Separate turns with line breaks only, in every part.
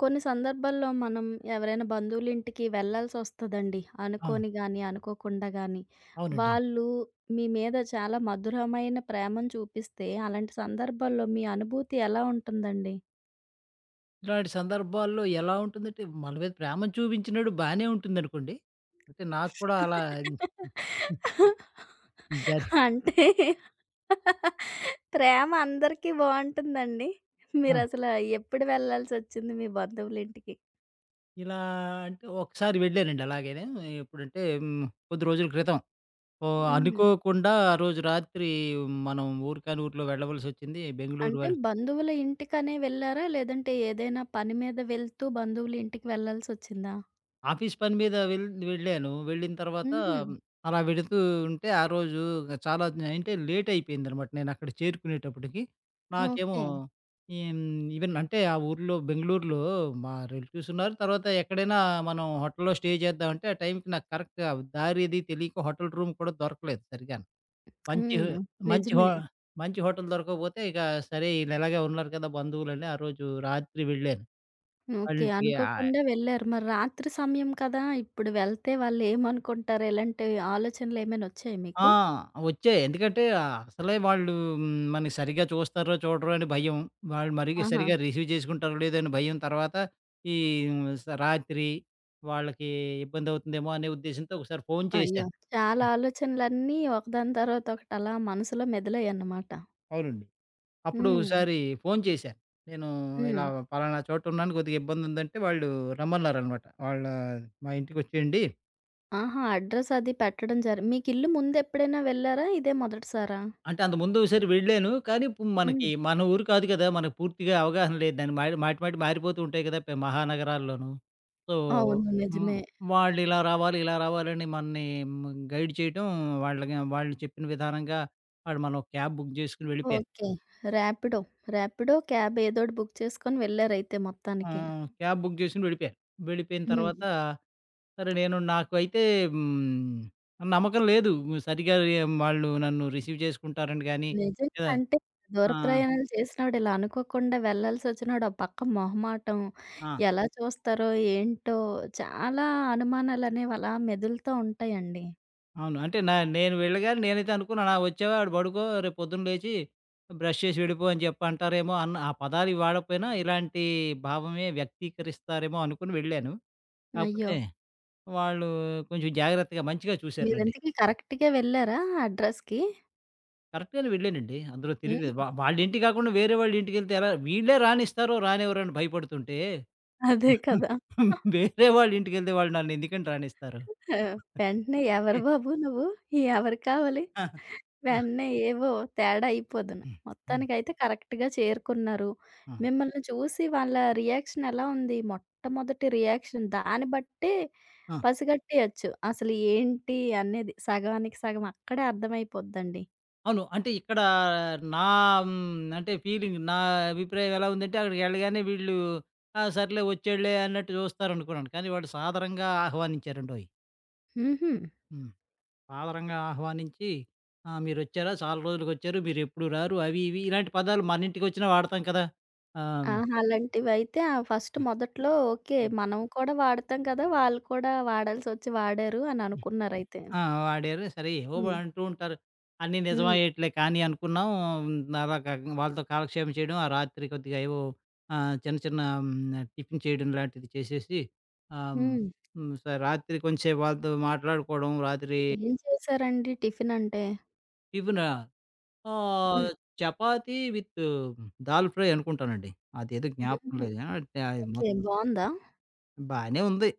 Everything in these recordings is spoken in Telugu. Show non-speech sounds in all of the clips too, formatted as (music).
కొన్ని సందర్భాల్లో మనం ఎవరైనా బంధువులింటికి వెళ్ళాల్సొస్తదండి.
ఆ!
అనుకోని గాని, అనుకోకుండా గాని.
అవునండి.
వాళ్ళు మీ మీద చాలా మధురమైన ప్రేమను చూపిస్తే, అలాంటి సందర్భాల్లో మీ అనుభూతి ఎలా ఉంటుందండి?
ఇలాంటి సందర్భాల్లో ఎలా ఉంటుందంటే, మన మీద ప్రేమను చూపించినోడు బానే ఉంటుందనుకోండి. అంటే నాకు కూడా అలా జరి
అంటే ప్రేమ అందరికీ బావుంటుందండి.
ఆ!
మీరసల ఎప్పుడు వెళ్ళాల్సొచ్చింది మీ బంధువులింటికి?
ఇలా అంటే ఒకసారి వెళ్ళానండి అలాగనే. ఎప్పుడంటే కొద్ది రోజుల క్రితం. ఓ
హ్మ్.
అనుకోకుండా ఆ రోజు రాత్రి మనం ఊరు కాని ఊర్లో వెళ్ళవలసొచ్చింది. బెంగుళూరు
అంటే
వర
బంధువుల ఇంటికనే వెళ్లారా? లేదంటే ఏదైనా పని మీద వెళ్తూ బంధువుల ఇంటికి వెళ్ళాల్సొచ్చిందా?
ఆఫీస్ పని మీద వెళ్ళాను. వెళ్ళిన తర్వాత
హుహు.
అలా వెళుతూ ఉంటే ఆ రోజు చాలా అంటే లేట్ అయిపోయిందనమాట. నేనక్కడ చేరుకునేటప్పటికి. నాకేమో
ఓకే.
ఈం ఈవెన్ అంటే ఆ ఊర్లో బెంగుళూరులో మా రిలేటివ్స్ ఉన్నారు. తర్వాత ఎక్కడైనా మనం హోటల్‌లో స్టే చేద్దామంటే ఆ టైంకి నాకు కరెక్ట్‌గా దారి అది తెలియక హోటల్ రూమ్ కూడా దొరకలేదు సరిగ్గాను. మంచి
హ్మ్.
మంచి హో
నిజమే.
మంచి హోటల్ దొరకకపోతే ఇక సరే ఈళ్ళు ఎలాగే ఉన్నారు కదా బంధువులని ఆ రోజు రాత్రి వెళ్ళాను.
ఓకే.
అన్నిటికి ఆ
అనుకోకుండా వెళ్లారు. మరి రాత్రి సమయం కదా! ఇప్పుడు వెళ్తే వాళ్ళేమనుకుంటారు? ఇలాంటి ఆలోచనలేమైనా వచ్చాయా
ఆ!
మీకు?
వచ్చాయి. ఎందుకంటే అసలే వాళ్ళు హ్మ్, మనకి సరిగ్గా చూస్తారో చూడరో అని భయం. వాళ్ళు మరీ
ఆహా!
సరిగ్గా రిసీవ్ చేసుకుంటారో లేదో అని భయం. తర్వాత ఈ స రాత్రి వాళ్ళకి ఇబ్బందవుతుందేమో అనే ఉద్దేశంతో ఒకసారి ఫోను
అయ్యో!
చేశాను.
చాలా ఆలోచనలన్నీ ఒకదాని తర్వాత ఒకటి అలా మనసులో మెదిలాయన్నమాట.
అవునండి. అప్పుడు
హ్మ్.
ఒకసారి ఫోను చేశాను. నేను
హ్మ్.
ఇలా పలానా చోటున్నాను కొద్దిగా ఇబ్బందుందంటే వాళ్ళు రమ్మన్నారనమాట. మా ఇంటికొచ్చేయండి.
ఆహా! అడ్రెస్ అది పెట్టడం జరి మీకు ఇల్లు ముందెప్పుడైనా వెళ్లారా? ఇదే మొదటిసారా?
అంటే అంతకుముందు ఒకసారి వెళ్ళాను. కానీ ఇప్పుడు
హ్మ్.
మనకి మన ఊరు కాదు కదా! మనకు పూర్తిగా అవగాహన లేదు. దాన్ని మారి మాటి మాటి మారిపోతూ ఉంటాయి కదా! మహానగరాల్లోనూ. సో,
అవును.
హ్మ్.
నిజమే.
వాళ్ళు ఇలా రావాలి, ఇలా రావాలని మనని గైడ్ చేయటం, వాళ్ళకి వాళ్ళు చెప్పిన విధానంగా మనం ఒక క్యాబ్ బుక్ చేసుకొని వెళ్ళిపోయాను.
ఓకే. ర్యాపిడో. ర్యాపిడో, క్యాబ్ ఏదోటి బుక్ చేసుకొని వెళ్లారైతే మొత్తానికి.
ఆహ్, క్యాబ్ బుక్ చేసుకొని వెళ్ళిపోయాను. వెళ్ళిపోయిన
హ్మ్.
తర్వాత సరే నాకు అయితే నమ్మకం లేదు. సరిగ్గా వాళ్ళు నన్ను రిసీవ్ చేసుకుంటారని గాని,
నిజంగా
లేదా
అంటే దూర
ఆ!
ప్రయాణాలు చేసినోడు ఇలా అనుకోకుండా వెళ్ళాల్సొచ్చినోడు, ఓ పక్క మొహమాటం,
ఆ!
ఎలా చూస్తారో ఏంటో చాలా అనుమానాలనేవి అలా మెదులుతూ ఉంటాయండి.
అవును. అంటే నేను వెళ్ళగానే నేనైతే అనుకున్నాను. "ఆ! వచ్చావా ఆడు పడుకో రేపు పొద్దున్న లేచి బ్రష్ చేసి వెళ్ళిపో" అని చెప్పి అంటారేమో అన్న ఆ పదాలు వాడకపోయినా ఇలాంటి భావమే వ్యక్తీకరిస్తారేమో అనుకుని వెళ్ళాను.
అయ్యో!
కాపోతే వాళ్ళు కొంచెం జాగ్రత్తగా మంచిగా చూసారులెండి.
మీరింతకీ కరెక్ట్‌గే వెళ్లారా ఆ అడ్రస్‌కి?
కరెక్ట్‌గానే వెళ్ళానండి. అందులో తిరగలేదు.
హ్మ్.
వాళ్ళింటికి కాకుండా వేరే వాళ్ళ ఇంటికెళ్తే ఎలా వీళ్ళే రానిస్తారో రానివ్వరో అని భయపడుతుంటే
అదే
(laughs)
కదా!
వేరే వాళ్ళ ఇంటికెళ్తే వాళ్ళు నన్ను ఎందుకని రానిస్తారు?
ఆ! వెంటనే ఎవరు
(laughs)
బాబు నువ్వు? ఎవరు కావాలి?
ఆ! ఆ!
వెంటనే ఏవో తేడా అయిపోదును.
హ్మ్. హ్మ్.
మొత్తానికైతే కరెక్ట్‌గా చేరుకున్నారు.
ఆ!
మిమ్మల్ని చూసి వాళ్ళ రియాక్షన్ ఎలా ఉంది? మొట్టమొదటి రియాక్షన్ దాన్ని బట్టే
ఆ!
పసిగట్టేయొచ్చు. అసలు ఏంటి అనేది సగానికి సగం అక్కడే అర్థమైపోద్దండి.
అవును. అంటే ఇక్కడ నా హ్మ్. అంటే ఫీలింగ్, అభిప్రాయం ఎలా ఉందంటే అక్కడికెళ్ళగానే వీళ్ళు ఆ! సర్లే వచ్చాడులే అన్నట్టు చూస్తారనుకున్నాను. కానీ వాళ్ళు సాదరంగా ఆహ్వానించారండోయ్!
హుహు.
హ్మ్. సాదరంగా ఆహ్వానించి, ఆ! మీరొచ్చారా? చాలా రోజులకొచ్చారు. మీరెప్పుడు రారు. అవి ఇవి ఇలాంటి పదాలు మన ఇంటికొచ్చినా వాడతాం కదా! ఆహ్,
ఆహా! అలాంటివైతే ఆ ఫస్ట్ మొదట్లో ఓకే.
హ్మ్.
మనం కూడా వాడతాం కదా! వాళ్ళు కూడా వాడాల్సొచ్చి వాడారు అని అనుకున్నారైతే.
ఆ! వాడారు. సరే ఏవో
హ్మ్.
అంటూ ఉంటారు. అన్నీ
హ్మ్.
నిజమయ్యేటిలే కానీ అనుకున్నాం. అలాగ వాళ్ళతో కాలక్షేపం చేయడం, ఆ రాత్రి కొద్దిగా ఏవో ఆహ్, చిన్న చిన్న టిఫిన్ చేయడం లాంటిది చేసేసి ఆహ్, హ్మ్.
హ్మ్.
హ్మ్. రాత్రి కొంచెంసేపు వాళ్ళతో మాట్లాడుకోవడం. రాత్రి
ఏం చేశారండి టిఫిన్ అంటే?
టిఫినా?
హ్మ్.
ఆహ్, చపాతీ విత్ దాల్ ఫ్రై అనుకుంటానండి. అదేదో జ్ఞాపకం
హుహు.
లేదు. ఆ! అది
ఓకే.
మొత్తం
బావుందా?
బానే ఉంది.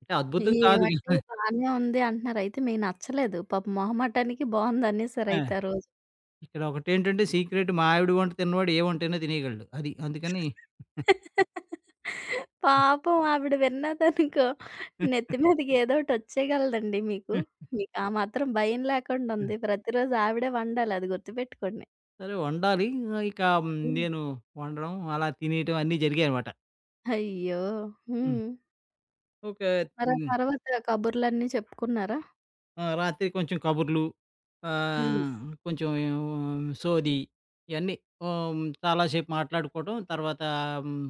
అంటే అద్భుతం కాదు.
ఏవండీ!
(laughs)
బానే ఉంది అంటున్నారు. అయితే మీకు నచ్చలేదు. పాపం మొహమాటానికి
ఆ!
బావుందనేసారయితే ఆ రోజు.
ఇక్కడ ఒకటేంటంటే సీక్రెట్, మా ఆవిడ వంట తిన్నవాడు ఏ వంటైనా తినేయగలడు. అది అందుకని
పాపం ఆవిడ విన్నదనుకో నెత్తి మీదకి ఏదోకటి వచ్చేయగలదండి మీకు. మీకు ఆ మాత్రం భయం లేకుండా ఉంది. ప్రతిరోజు ఆవిడే వండాలి అది గుర్తుపెట్టుకోండి.
సరే వండాలి. ఆహ్, ఇక హ్మ్,
హ్మ్.
నేను వండడం, అలా తినేయటం అన్నీ జరిగాయనమాట.
అయ్యో!
హ్మ్.
హ్మ్.
ఒక
మరి ఆ
హ్మ్.
తర్వాత కబుర్లన్నీ చెప్పుకున్నారా?
ఆ! రాత్రి కొంచెం కబుర్లు,
హ్మ్.
ఆహ్, కొంచెం సోది ఇయన్నీ ఓహ్, చాలా సేపు మాట్లాడుకోవడం. తర్వాత హ్మ్,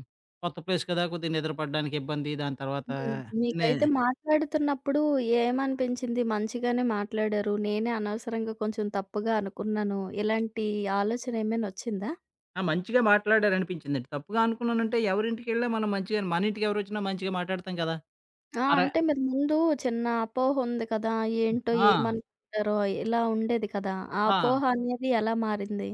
కొత్త ప్లేస్ కదా! కొద్దిగా నిద్ర పడడానికి ఇబ్బంది. దాని తర్వాత
హ్మ్.
నే
మీకైతే మాట్లాడుతున్నప్పుడు ఏమనిపించింది? మంచిగానే మాట్లాడారు. నేనే అనవసరంగా కొంచెం తప్పుగా అనుకున్నాను. ఇలాంటి ఆలోచన ఏమైనా వచ్చిందా?
ఆ! మంచిగా మాట్లాడారనిపించిందండి. తప్పుగా అనుకున్నానంటే ఎవరింటికెళ్ళినా మనం మంచిగా, మన ఇంటికి ఎవరొచ్చినా మంచిగా మాట్లాడతాం కదా!
ఆ!
అర
అంటే మీరు ముందు చిన్న అపోహ ఉంది కదా! ఏంటో
ఆ!
ఏమనుకుంటారో ఇలా ఉండేది కదా! ఆ
ఆ!
అపోహ అనేది ఎలా మారింది?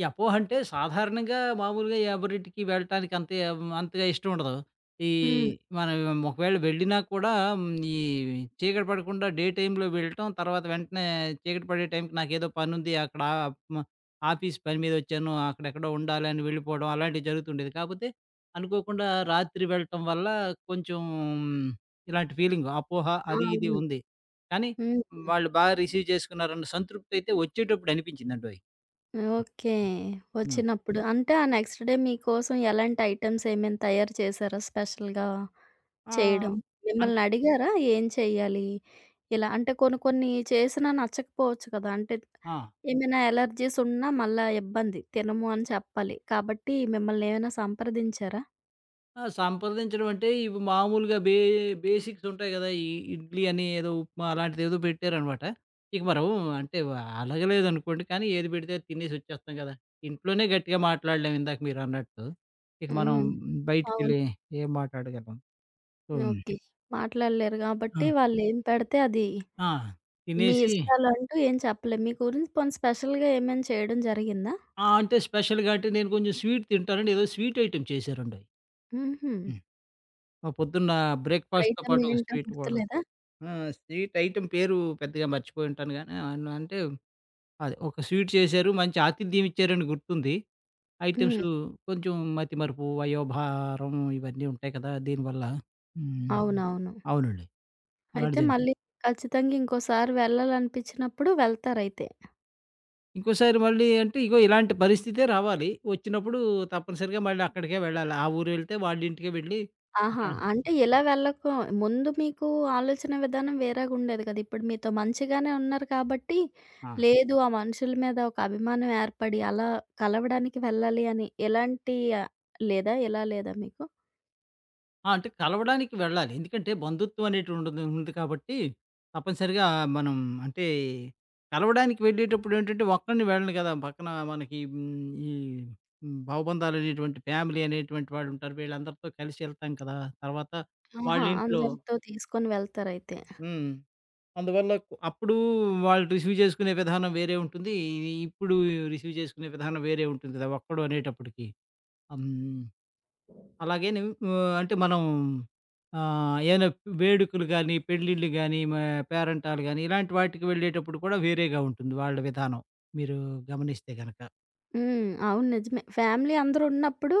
ఈ అపోహ అంటే సాధారణంగా మామూలుగా ఎవరింటికి వెళ్ళటానికి అంతగా ఇష్టం ఉండదు. ఈ
హ్మ్.
మనం ఒకవేళ వెళ్ళినా కూడా హ్మ్, ఈ చీకటి పడకుండా డే టైమ్‌లో వెళ్ళటం, తర్వాత వెంటనే చీకటి పడే టైంకి నాకేదో పనుంది అక్కడ ఆ- మ ఆఫీస్ పని మీద వచ్చాను, అక్కడెక్కడో ఉండాలి అని వెళ్ళిపోవడం అలాంటివి జరుగుతుండేది. కాకపోతే అనుకోకుండా రాత్రి వెళ్ళటం వల్ల కొంచెం మ్, ఇలాంటి ఫీలింగ్, అపోహ
ఆ!
అది ఇది
అవును.
ఉంది. కానీ
హ్మ్.
వాళ్ళు బాగా రిసీవ్ చేసుకున్నారన్న సంతృప్తి అయితే వచ్చేటప్పుడు అనిపించిందండోయ్.
ఓకే.
హ్మ్.
వచ్చినప్పుడు అంటే ఆ నెక్స్ట్ డే మీకోసం ఎలాంటి ఐటెమ్స్ ఏమైనా తయారు చేశారా స్పెషల్‌గా
ఆ!
చేయడం?
అంటే
మిమ్మల్ని అడిగారా ఏం చేయాలి? ఇలా అంటే కొన్ని కొన్ని చేసినా నచ్చకపోవచ్చు కదా! అంటే
ఆ!
ఏమైనా అలెర్జీస్ ఉన్నా మళ్ళా ఇబ్బంది. తినము అని చెప్పాలి. కాబట్టి మిమ్మల్ని ఏమైనా సంప్రదించారా?
ఆ! సంప్రదించడం అంటే ఇవి మామూలుగా బేసిక్స్ ఉంటాయి గదా! ఈ ఇడ్లీ అని ఏదో ఉప్మా అలాంటిదేదో పెట్టారనమాట. ఇక మనం అంటే అలగలేదనుకోండి కానీ ఏది పెడితే అది తినేసి వచ్చేస్తాం గదా! ఇంట్లోనే గట్టిగా మాట్లాడలేం ఇందాక మీరన్నట్టు. ఇక మనం
హ్మ్. అవును.
బయటికెళ్ళి ఏం మాట్లాడగలం? So,
okay. మాట్లాడలేరు
ఆ!
కాబట్టి వాళ్ళేం పెడితే అది
ఆ!
మీ
తినేసి
ఇష్టాలంటూ ఏం చెప్పలే. మీ గురించి పోనీ స్పెషల్‌గా ఏమైనా చేయడం జరిగిందా?
ఆ! అంటే స్పెషల్‌గా అంటే నేను కొంచెం స్వీట్ తింటానండి. ఏదో స్వీట్ ఐటెమ్ చేశారండోయి.
హుహు.
హ్మ్. ఆ పొద్దున్న బ్రేక్‌ఫాస్ట్‌తో
ఐటెమ్
పాటు ఒక
ఏంటో
స్వీట్ గూడా.
గుర్తులేదా?
ఆ! స్వీట్ ఐటెమ్ పేరు పెద్దగా మర్చిపోయుంటాను గానీ, అంటే అదే ఒక స్వీట్ చేశారు. మంచి ఆతిథ్యం ఇచ్చారని గుర్తుంది. ఐటెమ్స్
హ్మ్.
కొంచెం మతిమరుపు, వయోభారం ఇవన్నీ ఉంటాయి కదా! దీనివల్ల హ్మ్.
అవునవును.
అవునండి. అలాంటి
అయితే
జరిగింది.
మళ్ళీ ఖచ్చితంగా ఇంకోసారి వెళ్ళాలనిపించినప్పుడు వెళ్తారైతే.
ఇంకోసారి మళ్ళీ అంటే ఇగో ఇలాంటి పరిస్థితే రావాలి. వచ్చినప్పుడు తప్పనిసరిగా మళ్ళీ అక్కడికే వెళ్ళాలి. ఆ ఊరెళ్తే వాళ్ళింటికే వెళ్ళి
ఆహా!
అక్కడ
అంటే ఇలా వెళ్ళకు ముందు మీకు ఆలోచన విధానం వేరేగుండేది కదా! ఇప్పుడు మీతో మంచిగానే ఉన్నారు కాబట్టి,
ఆ!
లేదు ఆ మనుషుల మీద ఒక అభిమానం ఏర్పడి అలా కలవడానికి వెళ్ళాలి అని ఎలాంటి లేదా? ఎలా లేదా మీకు?
ఆ! అంటే కలవడానికి వెళ్ళాలి. ఎందుకంటే బంధుత్వం అనేటువంటిది ఉంది కాబట్టి, తప్పనిసరిగా మనం అంటే కలవడానికి వెళ్ళేటప్పుడు ఏంటంటే ఒక్కడిని వెళ్ళను కదా! పక్కన మనకి ఈ భావబంధాలు అనేటువంటి, ఫ్యామిలీ అనేటువంటి వాళ్ళు ఉంటారు. వీళ్ళందరితో కలిసి వెళ్తాం కదా! తర్వాత వాళ్ళ
ఆహా!
ఇంట్లో
అందరితో తీసుకొని వెళ్తారయితే.
హ్మ్. అందువల్ల అప్పుడు వాళ్ళు రిసీవ్ చేసుకునే విధానం వేరే ఉంటుంది. ఇప్పుడు రిసీవ్ చేసుకునే విధానం వేరే ఉంటుంది కదా! ఒక్కడు అనేటప్పటికి. హ్మ్. అలాగేని ఆహ్, అంటే మనం ఆహ్, ఏమైనా వేడుకలు గాని, పెళ్ళిళ్ళు గాని, పేరంటాలు గాని, ఇలాంటి వాటికి వెళ్ళేటప్పుడు కూడా వేరేగా ఉంటుంది వాళ్ళ విధానం. మీరు గమనిస్తే గనక.
హ్మ్. అవును నిజమే. ఫ్యామిలీ అందరూ ఉన్నప్పుడు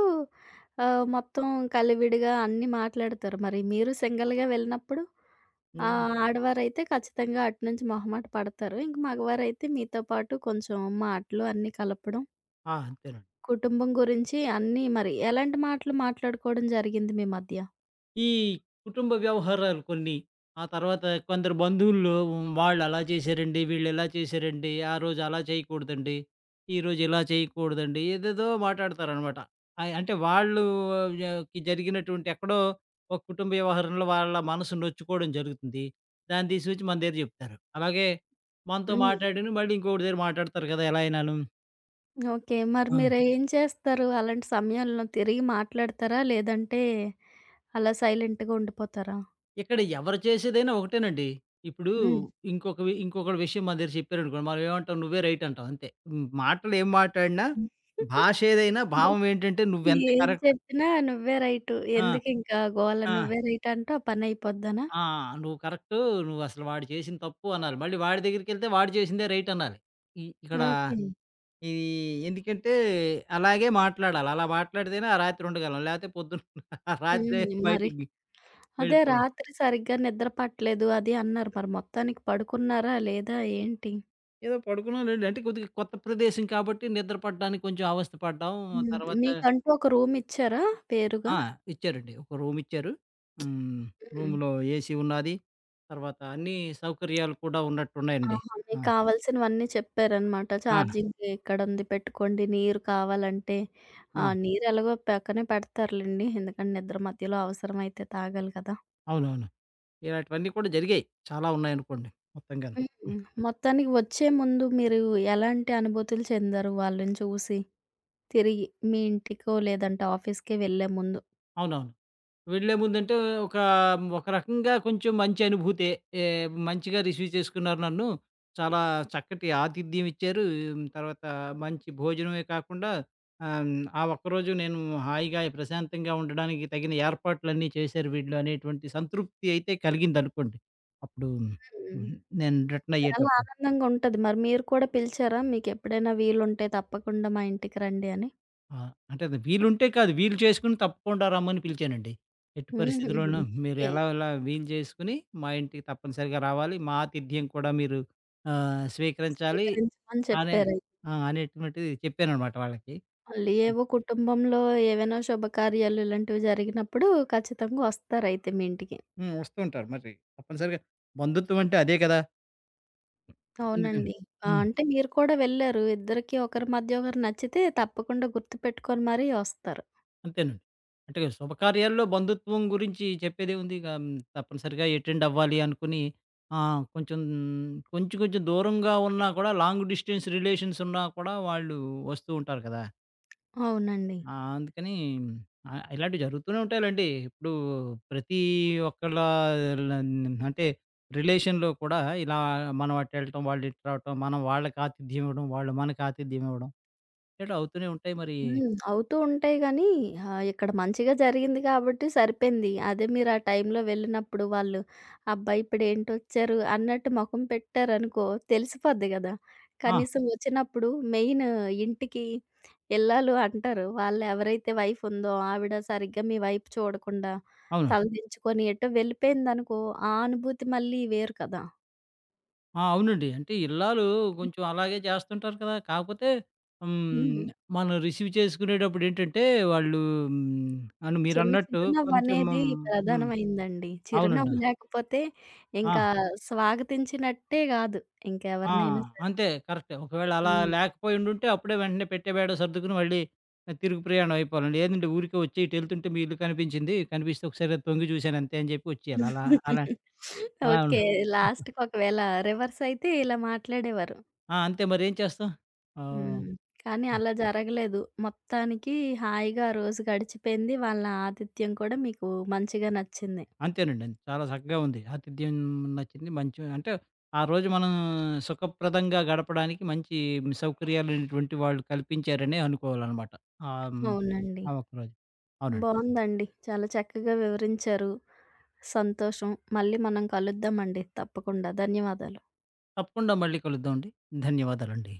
మొత్తం కలివిడిగా అన్నీ మాట్లాడతారు. మరి మీరు సింగిల్‌గా వెళ్ళినప్పుడు
హ్మ్.
ఆడవారైతే ఖచ్చితంగా అటు నుంచి మొహమాట పడతారు. ఇంక మగవారైతే మీతో పాటు కొంచెం మాటలు అన్నీ కలపడం,
ఆ! అంతేనండి.
కుటుంబం గురించి అన్నీ మరి ఎలాంటి మాటలు మాట్లాడుకోవడం జరిగింది మీ మధ్య?
ఈ కుటుంబ వ్యవహారాలు కొన్ని. ఆ తర్వాత కొందరు బంధువుల్లో వాళ్ళు అలా చేశారండి, వీళ్ళు ఇలా చేశారండి, ఆ రోజు అలా చేయకూడదండి, ఈరోజు ఇలా చేయకూడదండి, ఏదేదో మాట్లాడతారనమాట. ఆహ్, అంటే వాళ్ళు ఆ, కి జరిగినటువంటి ఎక్కడో ఒక కుటుంబ వ్యవహారంలో వాళ్ళ మనసు నొచ్చుకోవడం జరుగుతుంది. దాన్ని తీసుకొచ్చి మన దగ్గర చెప్తారు. అలాగే మనతో
హ్మ్.
మాట్లాడిన మళ్ళీ ఇంకొకడి దగ్గర మాట్లాడతారు కదా! ఎలా అయినాను.
ఓకే. మరి
ఆ!
మీరేం చేస్తారు? అలాంటి సమయంలో తిరిగి మాట్లాడతారా? లేదంటే అలా సైలెంట్‌గా ఉండిపోతారా?
ఇక్కడ ఎవరు చేసేదైనా ఒకటేనండి. ఇప్పుడు ఇంకొకడి విషయం మన దగ్గర చెప్పారనుకోండి. మనం ఏమంటాం "నువ్వే రైట్" అంటాం అంతే. హ్మ్. మాటలు ఏం మాట్లాడినా
హ్మ్.
భాష ఏదైనా భావం ఏంటంటే నువ్వెంత
ఏం
కరెక్ట్.
చెప్పినా నువ్వే రైటు.
ఆ!
ఎందుకింకా గోల
ఆ!
నువ్వే రైట్ అంటే ఆ పనయిపోద్దనా?
ఆ! "నువ్వు కరెక్టు. నువ్వసలు వాడు చేసింది తప్పు" అనాలి. మళ్ళీ వాడి దగ్గరికెళ్తే వాడు చేసిందే రైట్ అనాలి. ఈ ఇక్కడ
ఓకే.
ఇది ఎందుకంటే అలాగే మాట్లాడాలి. అలా మాట్లాడితేనే ఆ రాత్రి ఉండగలం. లేకపోతే పొద్దున (laughs)
హ్మ్.
రాత్రే
మరి?
బయటికి
అదే
వెళ్ళిపోవాలి.
రాత్రి సరిగ్గా నిద్ర పట్టలేదు అది అన్నారు. మరి మొత్తానికి పడుకున్నారా? లేదా? ఏంటి?
ఏదో పడుకున్నాం లెండి. అంటే కొద్దిగా కొత్త ప్రదేశం కాబట్టి నిద్ర పడడానికి కొంచెం అవస్థ పడ్డాం.
హ్మ్.
తర్వాత
మీకంటూ ఒక రూమ్ ఇచ్చారా పేరుగా?
ఆ! ఇచ్చారండి. ఒక రూమ్ ఇచ్చారు. హ్మ్.
హ్మ్.
రూమ్‌లో ఏసీ ఉన్నాది. తర్వాత అన్ని సౌకర్యాలు కూడా ఉన్నట్టున్నాయండి.
ఆహా! మీకు
ఆ!
కావాల్సినవన్నీ చెప్పారనమాట.
ఆ!
చార్జింగ్ ఇక్కడుంది పెట్టుకోండి. నీరు కావాలంటే
ఆ!
నీరెలాగో పక్కనే పెడతారులెండి. ఎందుకంటే నిద్ర మధ్యలో అవసరమైతే తాగాలి కదా!
అవునవును. ఇలాంటివన్నీ కూడా జరిగాయి. చాలా ఉన్నాయనుకోండి మొత్తంగాను.
హ్మ్.
హ్మ్.
మొత్తానికి వచ్చే ముందు మీరు ఎలాంటి అనుభూతులు చెందారు వాళ్ళని చూసి? తిరిగి మీ ఇంటికో లేదంటే ఆఫీస్‌కే వెళ్ళే ముందు?
అవునవును. వెళ్ళే ముందంటే ఒక ఒక రకంగా కొంచెం మంచి అనుభూతే. ఏ మంచిగా రిసీవ్ చేసుకున్నారు నన్ను. చాలా చక్కటి ఆతిథ్యం ఇచ్చారు. తర్వాత మంచి భోజనమే కాకుండా ఆహ్, హ్మ్, ఆ ఒక్కరోజు నేను హాయిగా, ప్రశాంతంగా ఉండడానికి తగిన ఏర్పాట్లన్నీ చేశారు వీళ్ళు అనేటువంటి సంతృప్తి అయితే కలిగిందనుకోండి. అప్పుడు ఉమ్,
హ్మ్.
నేను రిటర్న్
చాలా
అయ్యేటప్పుడు.
ఆనందంగా ఉంటది. మరి మీరు కూడా పిలిచారా? మీకెప్పుడైనా వీలుంటే తప్పకుండా మా ఇంటికి రండి అని?
ఆ! అంటే అది వీలుంటే కాదు. వీలు చేసుకుని తప్పకుండా రమ్మని పిలిచానండి. ఎట్టి
హుహు.
పరిస్థితిలోనూ మీరు
ఓకే.
ఎలాగోలా వీలు చేసుకొని మా ఇంటికి తప్పనిసరిగా రావాలి. మా ఆతిథ్యం కూడా మీరు ఆహ్, స్వీకరించాలి
స్వీకరించమని
అనే
చెప్పారు.
ఆ! అనేటువంటిది చెప్పాననమాట వాళ్ళకి.
మళ్ళీ ఏవో కుటుంబంలో ఏవైనా శుభకార్యాలు ఇలాంటివి జరిగినప్పుడు ఖచ్చితంగా వస్తారయితే మీ ఇంటికి.
హ్మ్. వస్తూ ఉంటారు మరి తప్పనిసరిగా. బంధుత్వం అంటే అదే కదా! ఎందుకని
అవునండి. ఆ!
హ్మ్.
అంటే మీరు కూడా వెళ్లారు. ఇద్దరికీ ఒకరి మధ్య ఒకరు నచ్చితే తప్పకుండా గుర్తుపెట్టుకొని మరీ వస్తారు.
అంతేనండి. అంటే శుభకార్యాల్లో బంధుత్వం గురించి చెప్పేదేముంది. ఇక హ్మ్, తప్పనిసరిగా అటెండ్ అవ్వాలి అనుకుని ఆహ్, కొంచెం కొంచెం దూరంగా ఉన్నా కూడా లాంగ్ డిస్టెన్స్ రిలేషన్స్ ఉన్నా కూడా వాళ్ళు వస్తూ ఉంటారు కదా!
అవునండి.
ఆహ్, అందుకని ఆహ్, ఇలాంటివి జరుగుతూనే ఉంటాయిలెండి. ఇప్పుడు ప్రతి ఒక్కళ్ళ ల- అంటే రిలేషన్‌లో కూడా ఇలా మనం అటు వెళ్ళటం, వాళ్ళు ఇటు రావటం, మనం వాళ్ళకి ఆతిథ్యం ఇవ్వడం, వాళ్ళు మనకి ఆతిథ్యం ఇవ్వడం ఇలాంటివి అవుతూనే ఉంటాయి మరి.
హ్మ్. అవుతూ ఉంటాయి గానీ, ఇక్కడ మంచిగా జరిగింది కాబట్టి సరిపోయింది. అదే మీరు ఆ టైంలో వెళ్ళినప్పుడు వాళ్ళు, అబ్బా! ఇప్పుడేంటొచ్చారు అన్నట్టు మొఖం పెట్టారనుకో తెలిసిపోద్ది గదా!
ఆ!
కనీసం వచ్చినప్పుడు మెయిన్ ఇంటికి ఇల్లాలు అంటారు. వాళ్ళు ఎవరైతే వైఫ్ ఉందో ఆవిడ సరిగ్గా మీ వైపు చూడకుండా,
అవును.
తలదించుకొని ఎటో వెళ్ళిపోయిందనుకో, ఆ అనుభూతి మళ్ళీ వేరు కదా!
ఆ! అవునండి. అంటే ఇల్లాలు కొంచెం అలాగే చేస్తుంటారు కదా! కాకపోతే హ్మ్.
హ్మ్.
మనం రిసీవ్ చేసుకునేటప్పుడు ఏంటంటే వాళ్ళు హ్మ్. అవును
చిన్న
మీరన్నట్టు కొంచెం
చిరునవ్వనేది
హ్మ్.
ప్రధానమైందండి.
అవునండి.
చిరునవ్వు లేకపోతే
ఆ!
ఇంకా స్వాగతించినట్టే గాదు.
ఆ!
ఇంకెవరినైనా సరే.
అంతే కరెక్టే. ఒకవేళ అలా
హ్మ్.
లేకపోయుండుంటే అప్పుడే వెంటనే పెట్టే బేడ సర్దుకుని మళ్ళీ తిరుగు ప్రయాణం అయిపోవాలండి. ఏదంటే ఊరికే వచ్చి ఇటు ఎళ్తుంటే మీ ఇల్లు కనిపించింది. కనిపిస్తే ఒకసారి తొంగి చూసాను అంతే అని చెప్పి వచ్చేయాలి. అలా అలా ఆ,
ఓకే.
అవును.
లాస్ట్‌కి ఒకవేళ రివర్స్ అయితే ఇలా మాట్లాడేవారు.
ఆ! అంతే మరేం చేస్తాం? ఆహ్,
హ్మ్. కానీ అలా జరగలేదు. మొత్తానికి హాయిగా ఆ రోజు గడిచిపోయింది. వాళ్ళ ఆతిథ్యం కూడా మీకు మంచిగా నచ్చింది.
అంతేనండి. అంతే. చాలా చక్కగా ఉంది. ఆతిథ్యం నచ్చింది. మంచి అంటే ఆ రోజు మనం సుఖప్రదంగా గడపడానికి మంచి సౌకర్యాలైనటువంటి వాళ్ళు కల్పించారనే అనుకోవాలనమాట. ఆహ్, హ్మ్.
అవునండి.
ఆ ఒక్కరోజు. అవునండి.
బావుందండి. చాలా చక్కగా వివరించారు. సంతోషం. మళ్ళీ మనం కలుద్దామండి తప్పకుండా. ధన్యవాదాలు.
తప్పకుండా మళ్ళీ కలుద్దామండి. ధన్యవాదాలండి.